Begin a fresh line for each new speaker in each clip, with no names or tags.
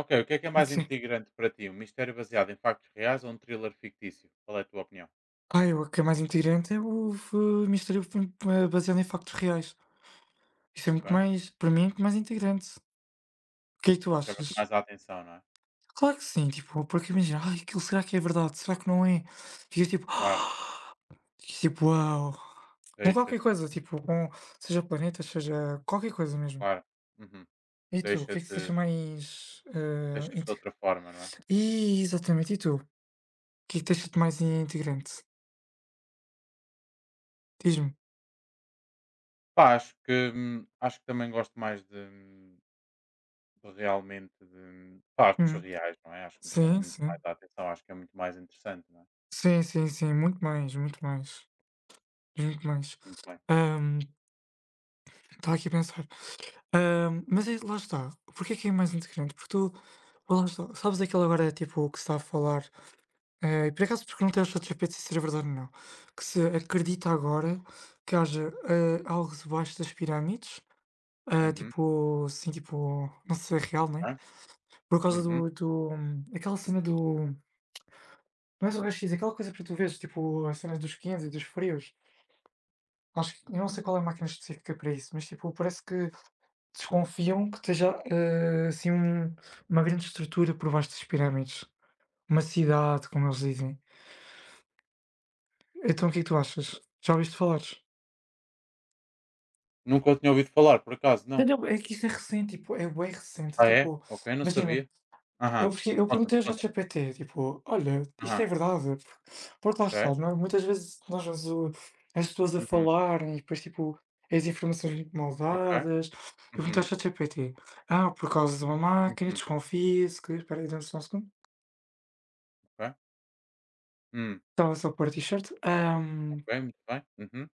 Ok, o que é mais
Sim.
integrante para ti? Um mistério baseado em factos reais ou um thriller fictício? Qual é a tua opinião?
Eu, o que é mais integrante é o mistério baseado em factos reais. Isso é
Ok?
muito mais, para mim, é muito mais integrante. O que é que tu
Chama-te
achas?
mais a atenção, não é?
Claro que sim, tipo, porque imagina, ai, aquilo será que é verdade? Será que não é? Ficas tipo,
Claro,
ficas tipo, uau. Com qualquer
deixa-te,
coisa, tipo, com, seja planeta seja qualquer coisa mesmo.
claro. Uhum.
E tu, o que é que te deixa
Deixa-te
mais.
deixa te de outra forma, não é?
E, exatamente, e tu? O que é que deixa-te mais integrante? Diz-me.
Pá, acho que, acho que também gosto mais de, de realmente de
Hum,
factos reais, não é? Acho que me chama
Sim,
muito mais
sim.
a atenção, acho que é muito mais interessante, não é?
Sim, sim, sim, muito mais, muito mais. Muito mais.
Muito bem.
Está aqui a pensar. Mas aí, lá está. Porquê que é mais integrante? Porque tu, lá está, sabes aquilo agora é tipo o que se está a falar, e por acaso perguntei ao ChatGPT se isso era verdade ou não, que se acredita agora que haja algo debaixo das pirâmides,
Uhum.
tipo, assim, tipo, não sei se é real, né?
Ok,
Por causa
uhum.
do, aquela cena do, não é do raio-x, aquela coisa para tu veres, tipo, a cena dos quentes e dos frios. Acho que, eu não sei qual é a máquina específica para isso, mas tipo, parece que desconfiam que esteja, assim, uma grande estrutura por baixo das pirâmides, uma cidade, como eles dizem. Então o que é que tu achas? Já ouviste falar?
Nunca o tinha ouvido falar, por acaso, não.
Não, é que isso é recente, tipo, é bem recente,
Ah, é?
tipo,
Ok, não
imagina,
sabia. Aham.
eu
Conta-me,
perguntei ao
conta-me.
ChatGPT, tipo: "Olha, isto
Aham.
é verdade?" Porque lá está,
Ok.
não é, muitas vezes nós vemos o as pessoas a
Uhum.
falarem e depois, tipo, as informações mal
Ok.
dadas. Eu perguntei ao
Uhum.
ChatGPT: "Ah, por causa de uma máquina,
Uhum.
desconfia, se que" espera aí dá-me só um segundo.
Ok. Hum.
Estava só por t-shirt.
Ok, muito bem. Uhum.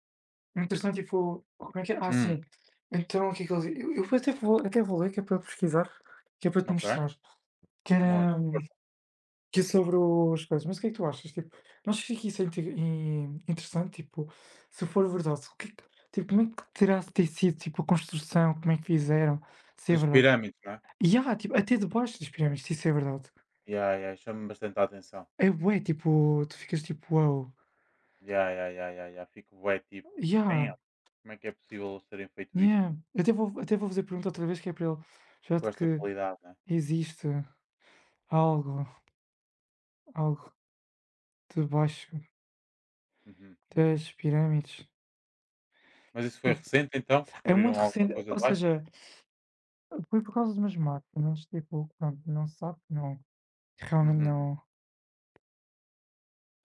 Entretanto, tipo, como é que é? Ah,
Hum.
sim. Então, o que é que ele eu até vou ler, que é para pesquisar, que é para te
Ok.
mostrar, que
Mor.
era
Força.
que é sobre os coisas. Mas o que é que tu achas? Tipo, não achas que isso é interessante? Tipo, se for verdade, o que é que tipo, como é que ter sido, tipo, a construção, como é que fizeram, se é
Das
verdade?
pirâmides, não é?
E há, tipo, até debaixo das pirâmides, se isso é verdade.
Ya, ya, chama-me bastante a atenção.
É bué, tipo, tu ficas tipo: "Uau".
Ya, ya, ya, ya, ya. Fico bué tipo, damn,
Yeah.
como é que é possível eles terem feito isto, né?
Yeah. Eu até vou fazer pergunta outra vez que é para ele, já
Com
de
esta
que
qualidade, né?
existe algo algo debaixo
Uhum.
das pirâmides.
Mas isso foi recente então?
É muito
Descobriram alguma
recente,
coisa de
ou
baixo?
seja, foi por causa de umas máquinas, tipo, pronto, não se sabe, não, realmente
Uhum.
não.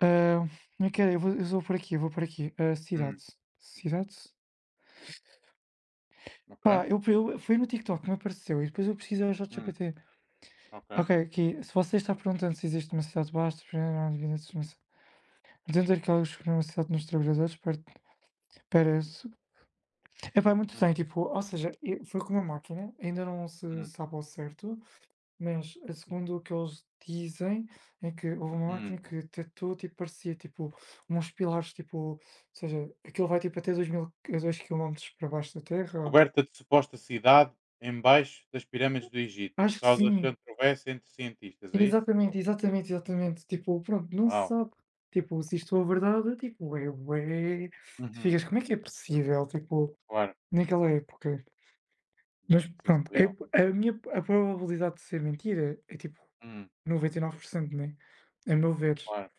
Ah, Como é eu vou por aqui, ah,
Hum.
cidade?
Ok.
Pá, eu foi no TikTok que me apareceu e depois eu pesquisei o
Hum.
ChatGPT.
Ok.
Ok, aqui, se você está perguntando se existe uma cidade debaixo das pirâmides, parece. Epá, é muito
Hum.
bem tipo, ou seja, e foi com uma máquina, ainda não se
Hum.
sabe ao certo, mas segundo o que eles dizem, é que houve uma
Hum.
máquina que detectou, tipo, parecia, tipo, uns pilares, tipo, ou seja, aquilo vai, tipo, até 2000, a 2 km para baixo da terra.
Descoberta de suposta cidade em baixo das pirâmides do Egito.
Acho que
Causa
sim,
controvérsia entre cientistas, é isso?
exatamente, exatamente, exatamente, tipo, pronto, não se
Uau!
sabe, tipo, se isto é verdade, tipo, ué, ué, tu
Uhum.
ficas, como é que é possível, tipo,
Claro.
naquela época? Mas
Yeah, isso é
pronto, eu
surreal.
a minha a probabilidade de ser mentira é tipo
Hum,
99% né, a meu ver.
claro,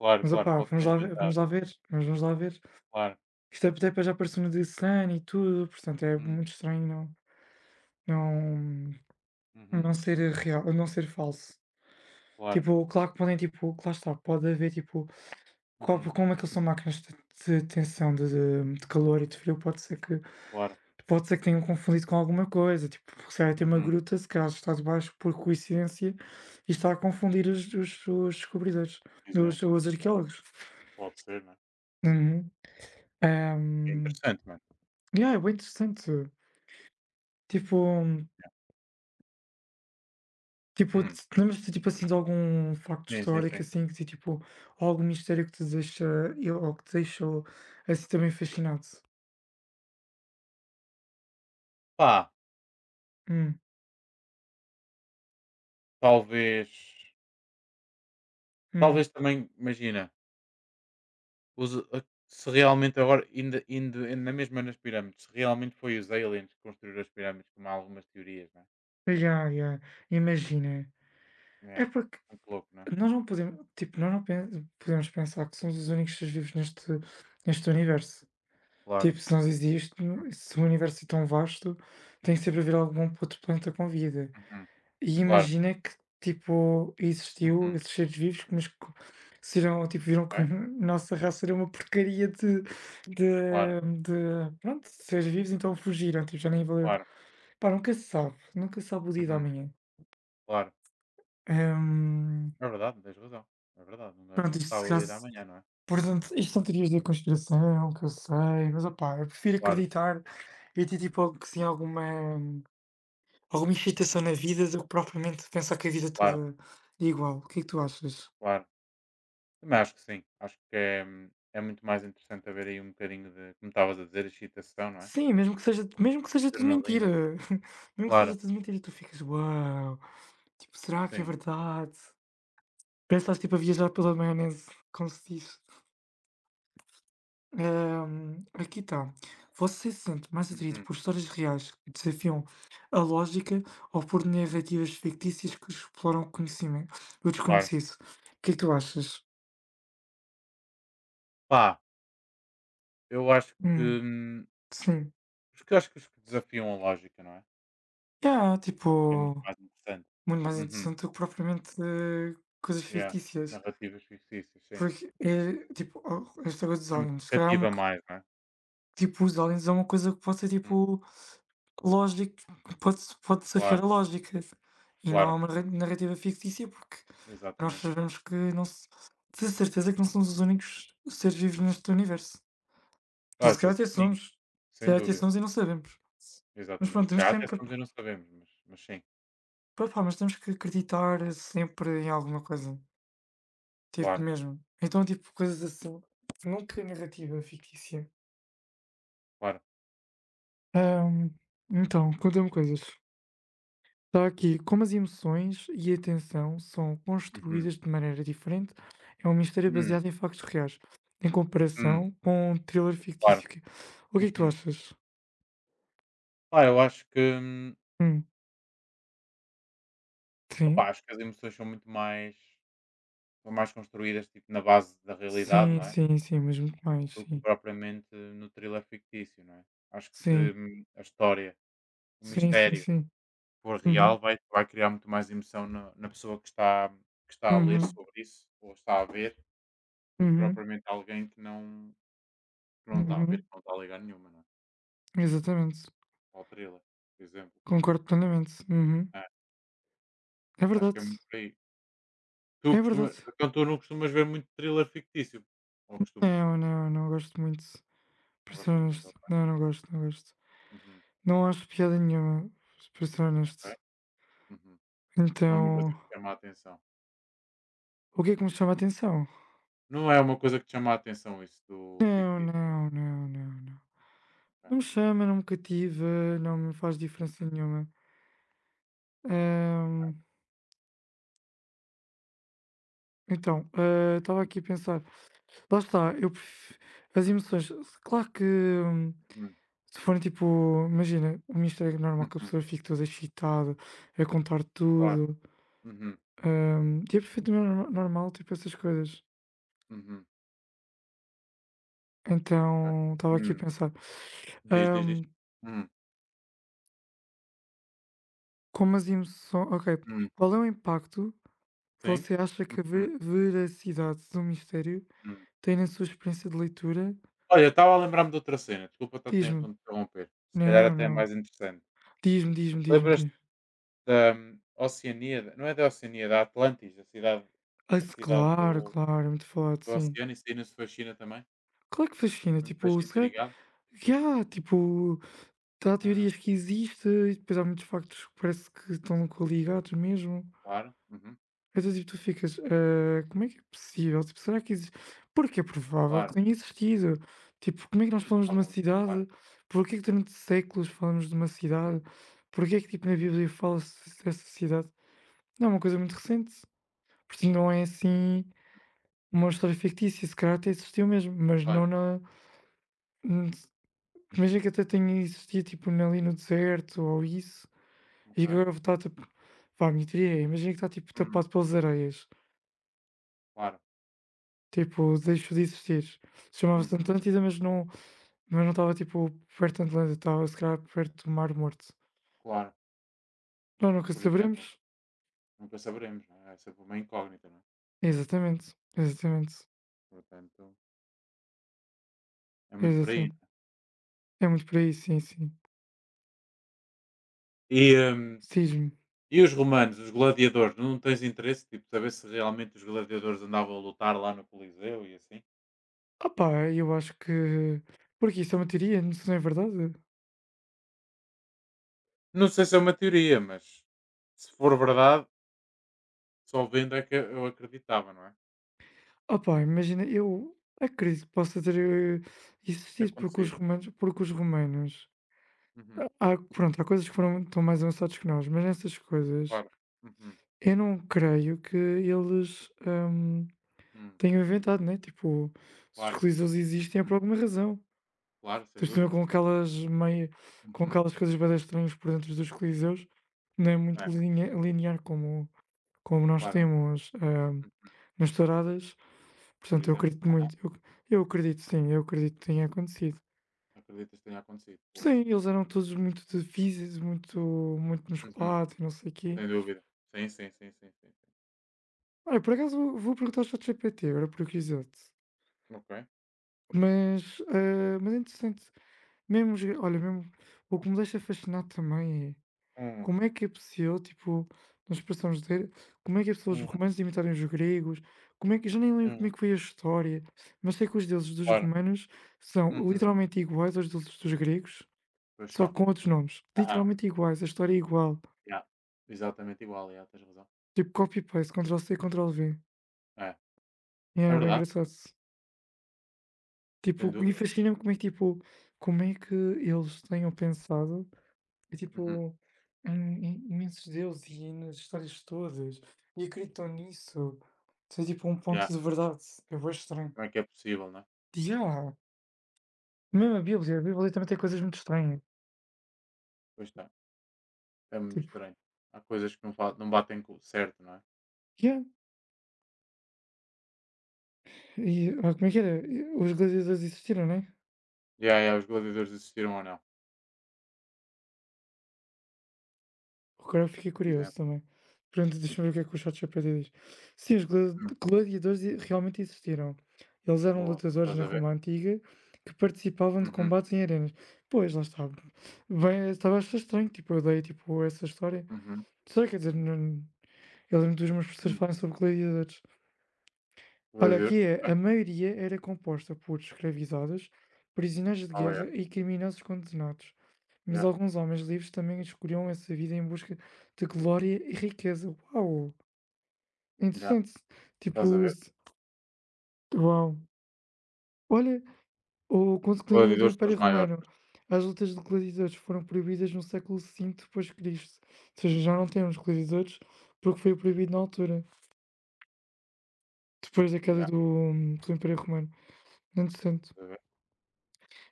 claro,
Mas
claro,
opá,
pode ser
vamos lá ver
inventado, não é?
mas vamos lá ver.
Claro.
Isto até para já apareceu no DSN e tudo, portanto é
Uhum,
muito estranho não
uhum,
não ser real não ser falso.
claro,
Tipo, claro que podem tipo lá está, pode haver tipo, co
uhum,
como é aquilo são máquinas de tensão de calor e de frio, pode ser que
claro,
pode ser que tenham confundido com alguma coisa, tipo, porque se calhar tem uma
uhum.
gruta, se calhar está debaixo por coincidência e está a confundir os descobridores,
Exemplo.
os
Yeah,
arqueólogos.
pode ser,
Uhum.
é? É
Ahm,
interessante, mano.
yeah, é bem interessante. Tipo, tipo,
Hum,
lembras-te tipo assim de algum facto
sim, sim,
histórico
sim.
assim que te, tipo, ou algum mistério que te deixa ou que te deixou assim também fascinado?
Pá,
Hum,
talvez
hum.
talvez também, imagina, usa a se realmente agora ainda na mesma nas pirâmides, se realmente foi os aliens que construíram as pirâmides, como há algumas teorias,
Yeah, yeah. Imagina.
é?
É
Yeah,
porque
muito louco, né?
nós não podemos, tipo, nós não pen- podemos pensar que somos os únicos seres vivos neste, neste universo.
Claro.
Tipo, se nós existe,
Hum,
se o universo é tão vasto, tem que sempre haver algum outro planeta com vida.
uhum,
E
claro.
imagina que, tipo, existiu
Uhum,
esses seres vivos, mas que serão, tipo, viram que a
ok,
nossa raça era uma porcaria de,
claro.
de, de, pronto, de seres vivos, então fugiram, tipo, já nem valeu.
Claro,
Pá, nunca se sabe, nunca se sabe o dia da
uhum,
manhã.
claro.
Hum,
É verdade, tens razão. É verdade, um gajo
Pronto,
não
isto
sabe
se
o
calhar
dia da manhã, não é?
portanto, isto são teorias da conspiração, que eu sei, mas opá, eu prefiro
Claro,
acreditar e ter tipo que sim, alguma, alguma excitação na vida do que propriamente pensar que a vida
claro,
toda é igual. O que é que tu achas?
claro. Também acho que sim. Acho que é, é muito mais interessante haver aí um bocadinho de, como estavas a dizer, excitação, não é?
Sim, mesmo que seja tudo mentira.
Adrenalina.
Mesmo que seja
Claro,
tudo mentira, tu ficas, uau, tipo, será que é
sim.
verdade? Parece que estás tipo a viajar pela maionese, como se diz. Aqui está. Você se sente mais atraído
Uhum,
por histórias reais que desafiam a lógica ou por narrativas fictícias que exploram o conhecimento, o
claro.
desconhecido? O que é que tu achas?
Pá, eu acho que.
Hum,
hum,
sim.
Porque eu acho que os que desafiam a lógica, não é?
Yeah,
Que é
tipo,
muito mais interessante.
muito mais
Uhum,
interessante do que propriamente coisas
yeah.
fictícias.
Narrativas fictícias, sim.
Porque é tipo, oh, esta coisa dos
É muito
aliens. Se calhar é uma
cativa mais, não é?
tipo, os aliens é uma coisa que pode ser,
Hum,
tipo, lógico, que pode pode
Claro,
desafiar a lógica e não é
claro.
uma narrativa fictícia, porque nós
Exatamente.
sabemos que não se de certeza que não somos os únicos seres vivos neste universo. Ou
Ah,
se
isso é
calhar até
certinho,
somos, se
sem
calhar até
dúvida.
somos e não sabemos. Mas
Exatamente.
pronto,
Se
temos
calhar até
sempre,
somos e não sabemos, mas sim,
pá, pá, mas temos que acreditar sempre em alguma coisa, tipo
claro,
mesmo. Então, tipo, coisas assim, nunca narrativa fictícia.
claro.
Ahm, então, conta-me coisas. Está aqui, como as emoções e a atenção são
Uhum,
construídas de maneira diferente, é uma mistério
hum,
baseado em factos reais, em
hum,
comparação com um thriller
claro.
fictício. O que é que tu
Uhum.
achas?
Pá, eu acho que,
Hum, sim,
opá, acho que as emoções são muito mais, são mais construídas, tipo, na base da realidade,
sim,
não é,
sim, sim, mas muito mais,
do que
sim,
propriamente no thriller fictício, não é? Acho que se
sim,
a história, o
sim, sim,
mistério
sim.
for
Uhum,
real, vai criar muito mais emoção na na pessoa que está a ler
uhum,
sobre isso ou está a ver, do que
uhum,
propriamente alguém que não está a ver,
uhum.
que não está a ligar nenhuma, não é?
Exatamente,
Ou thriller, por exemplo.
concordo plenamente. Uhum.
ah
É
portanto acho que
verdade,
é muito por aí. Tu
é
costumas
verdade.
então tu não costumas ver muito thriller fictício? Ou costumas?
Não, não, não gosto muito,
Não
para ser
gostas muito,
honesto.
ok.
Não, não gosto, não gosto.
Uhum,
Não acho piada nenhuma, para ser
ok.
honesto.
Uhum. Não é uma coisa
Então,
que te chama a atenção.
o que é que me chama a atenção?
Não é uma coisa que te chama a atenção isso do
Não,
fictício, né,
não, não, não, não.
ok.
Não me chama, não me cativa, não me faz diferença nenhuma. Hum, então, ah, estava aqui a pensar. Lá está, as emoções. Claro que
Uhum,
se forem tipo, imagina, uma história
uhum,
normal que a
uhum,
pessoa fique toda excitada, a contar
claro.
tudo.
Uhum,
E é perfeitamente normal, tipo, essas coisas.
uhum, ok.
Então, estava aqui a
Hum.
pensar.
Diz, diz, diz. Hum,
Como as emoçõ Ok.
hum,
Qual é o impacto
sim.
você acha que a ve
Uhum,
veracidade do mistério
hum.
tem na sua experiência de leitura?
Olha, estava a lembrar-me de outra cena, desculpa estar-te a
Diz-me.
interromper, se calhar
Não,
até é mais
não.
interessante.
Diz-me,
Lembras
diz-me.
da Oceania, não é da Oceania, da Atlantis,
Ah,
a
se
cidade
claro,
do,
claro, é muito forte,
do
sim.
oceano, isso aí não se faz China também?
Claro que fascina,
Não te faz
tipo, se
sentir
calhar
ligado?
yeah, tipo, há
Hum,
teorias que existem e depois há muitos factos que parece que estão coligados mesmo.
claro, uhum,
Então, tipo, tu ficas, ah, como é que é possível? Tipo, será que existe? Porque é provável que
claro,
tenha existido. Tipo, como é que nós falamos de uma
provavelmente, claro,
cidade? Porquê que durante séculos falamos de uma cidade?
uhum,
Porquê que, tipo, na Bíblia fala-se dessa cidade? Não, é uma coisa muito recente. Portanto, não é assim uma história fictícia. Se calhar até existiu mesmo, mas
claro,
não na. n- Imagina que até tenha existido, tipo, ali no deserto ou isso. E
ok,
agora está, tipo. Vá, a minha teoria é, imagina que está, tipo,
hum,
tapado pelas areias.
claro,
Tipo, deixou de existir. Chamava-se
uhum,
Atlântida, mas mas não estava, tipo, perto da Atlântida, estava se calhar perto do Mar Morto.
claro,
Nós nunca
por exemplo,
saberemos.
nunca saberemos, não é? É sempre uma incógnita, não é?
Exatamente,
Portanto, é muito por aí.
exatamente.
Não é?
é muito por aí, sim, sim.
E, hum,
Cisne.
e os romanos, os gladiadores, não tens interesse, tipo, saber se realmente os gladiadores andavam a lutar lá no Coliseu e assim?
Opá, eu acho que porque isso é uma teoria, não sei se não é verdade.
Não sei se é uma teoria, mas se for verdade, só vendo é que eu acreditava, não é?
Opá, imagina, eu acredito que possa ter
De
existido porque os
acontecer.
romanos,
Uhum,
há, pronto, há coisas que foram, estão mais avançados que nós, mas nessas coisas
claro. Uhum,
eu não creio que eles,
hum,
tenham inventado, né, tipo, se os
claro.
colisões existem é
Hum,
por alguma razão.
Claro, sem
Eles estão
dúvida.
com aquelas meio com
Uhum,
aquelas coisas bué estranhas por dentro dos coliseus, não é muito
é,
linha linear como como nós
claro.
temos,
Hum,
nas touradas,
Por
portanto eu
exemplo,
acredito
aham,
muito, eu acredito sim, eu acredito que tenha acontecido.
acreditas que tenha acontecido. Boa.
Sim, eles eram todos muito de físicos, muito
Uhum,
musculados e não sei o quê.
sem dúvida. Sim, sim, sim, sim, sim. Sim.
Olha, por acaso vou perguntar ao ChatGPT, agora por curiosidade.
Ok.
Mas, mas é interessante, mesmo, olha, mesmo, o que me deixa fascinado também é
Hum,
como é que é possível, tipo, nós expressamos de como é que é possível os
hum,
romanos imitarem os gregos, como é que, já nem lembro como
hum,
é que foi a história, mas sei que os deuses dos
claro.
romanos são
Uhum,
literalmente iguais aos deuses dos gregos,
pois
só
só.
com outros nomes,
Aham,
literalmente iguais, a história é igual,
yeah. Exatamente igual, yeah, tens razão.
tipo copy-paste, Ctrl-C, Ctrl-V,
É,
e
é
é bem
verdade,
engraçado,
sem
tipo, e
dúvida.
fascina-me como é que, tipo, como é que eles tenham pensado. E
Uhum,
tipo, imensos deuses e nas histórias todas. E acreditam nisso. Isso é tipo um ponto
yeah.
de verdade. Eu vou estranho.
Como é que é possível, não é?
Yeah. Mesmo a Bíblia também tem coisas muito estranhas.
Pois está. É muito
Tipo,
estranho. Há coisas que não batem com o certo, não é?
yeah. E, ah, como é que era? E os gladiadores existiram, né?
E aí, os gladiadores existiram ou não,
Agora eu fiquei
por
curioso
exemplo.
também. Pronto, deixa-me ver o que é que o ChatGPT diz. Sim,
Hum,
gladiadores realmente existiram. Eles eram
boa,
lutadores
estás
na
a ver?
Roma Antiga que participavam de
Uhum,
combates em arenas. Pois, lá está. Bem, estava a achar estranho, tipo, eu dei, tipo, essa história.
uhum,
Sei, quer dizer, eu lembro dos meus professores
uhum.
falarem sobre gladiadores. Olha, aqui
Gladiadores,
é,
ok.
a maioria era composta por escravizados, prisioneiros de
Oh, yeah,
guerra e criminosos condenados, mas
yeah,
alguns homens livres também escolhiam essa vida em busca de glória e riqueza. Uau!
yeah.
Interessante.
Estás a
Tipo,
ver?
uau! Olha, o consanguíneo do
Gladiadores são os
Império
maiores.
Romano. As lutas de gladiadores foram proibidas no século V depois de Cristo. Ou seja, já não temos gladiadores porque foi proibido na altura, depois da queda
Yeah,
do, do Império Romano. Interessante.
estás a ver?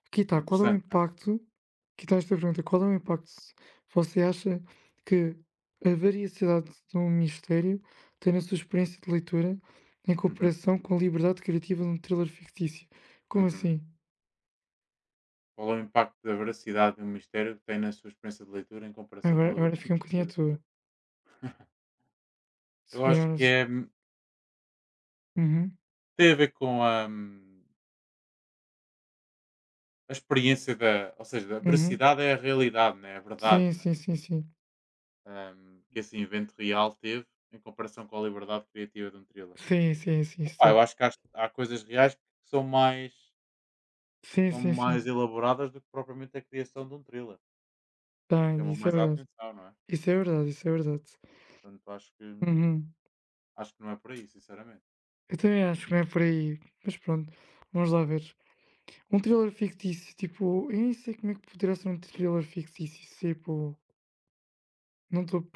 Aqui
É
está, qual é o
interessante, não é?
impacto aqui está esta pergunta, qual é o impacto você acha que a variacidade de um mistério tem na sua experiência de leitura em
Uhum,
comparação com a liberdade criativa de um thriller fictício? Como
uhum.
assim?
Qual é o impacto da veracidade e o mistério que tem na sua experiência de leitura em comparação com a
Agora
liberdade?
fiquei um
De
bocadinho à toa,
leitura? Eu
to be
acho que
honest.
é,
Uhum,
tem a ver com a, a experiência da. Ou seja, a
uhum.
veracidade é a realidade, né? A verdade.
Sim,
Né?
sim, sim, sim.
Ahm, que esse invento real teve em comparação com a liberdade criativa de um thriller.
Sim, sim, sim,
Epá, eu
esteve.
acho que há coisas reais que
Sim,
são
sim, sim.
mais elaboradas do que propriamente a criação de um thriller.
Tá,
Chamam
isso é
mais a
verdade.
atenção, não é?
Isso é verdade, isso é verdade.
Portanto, acho
Uhum.
acho que não é por aí, sinceramente.
Eu também acho que não é por aí. Mas pronto, vamos lá ver. Um thriller fictício, tipo, eu nem sei como é que poderá ser um thriller fictício, se tipo, não estou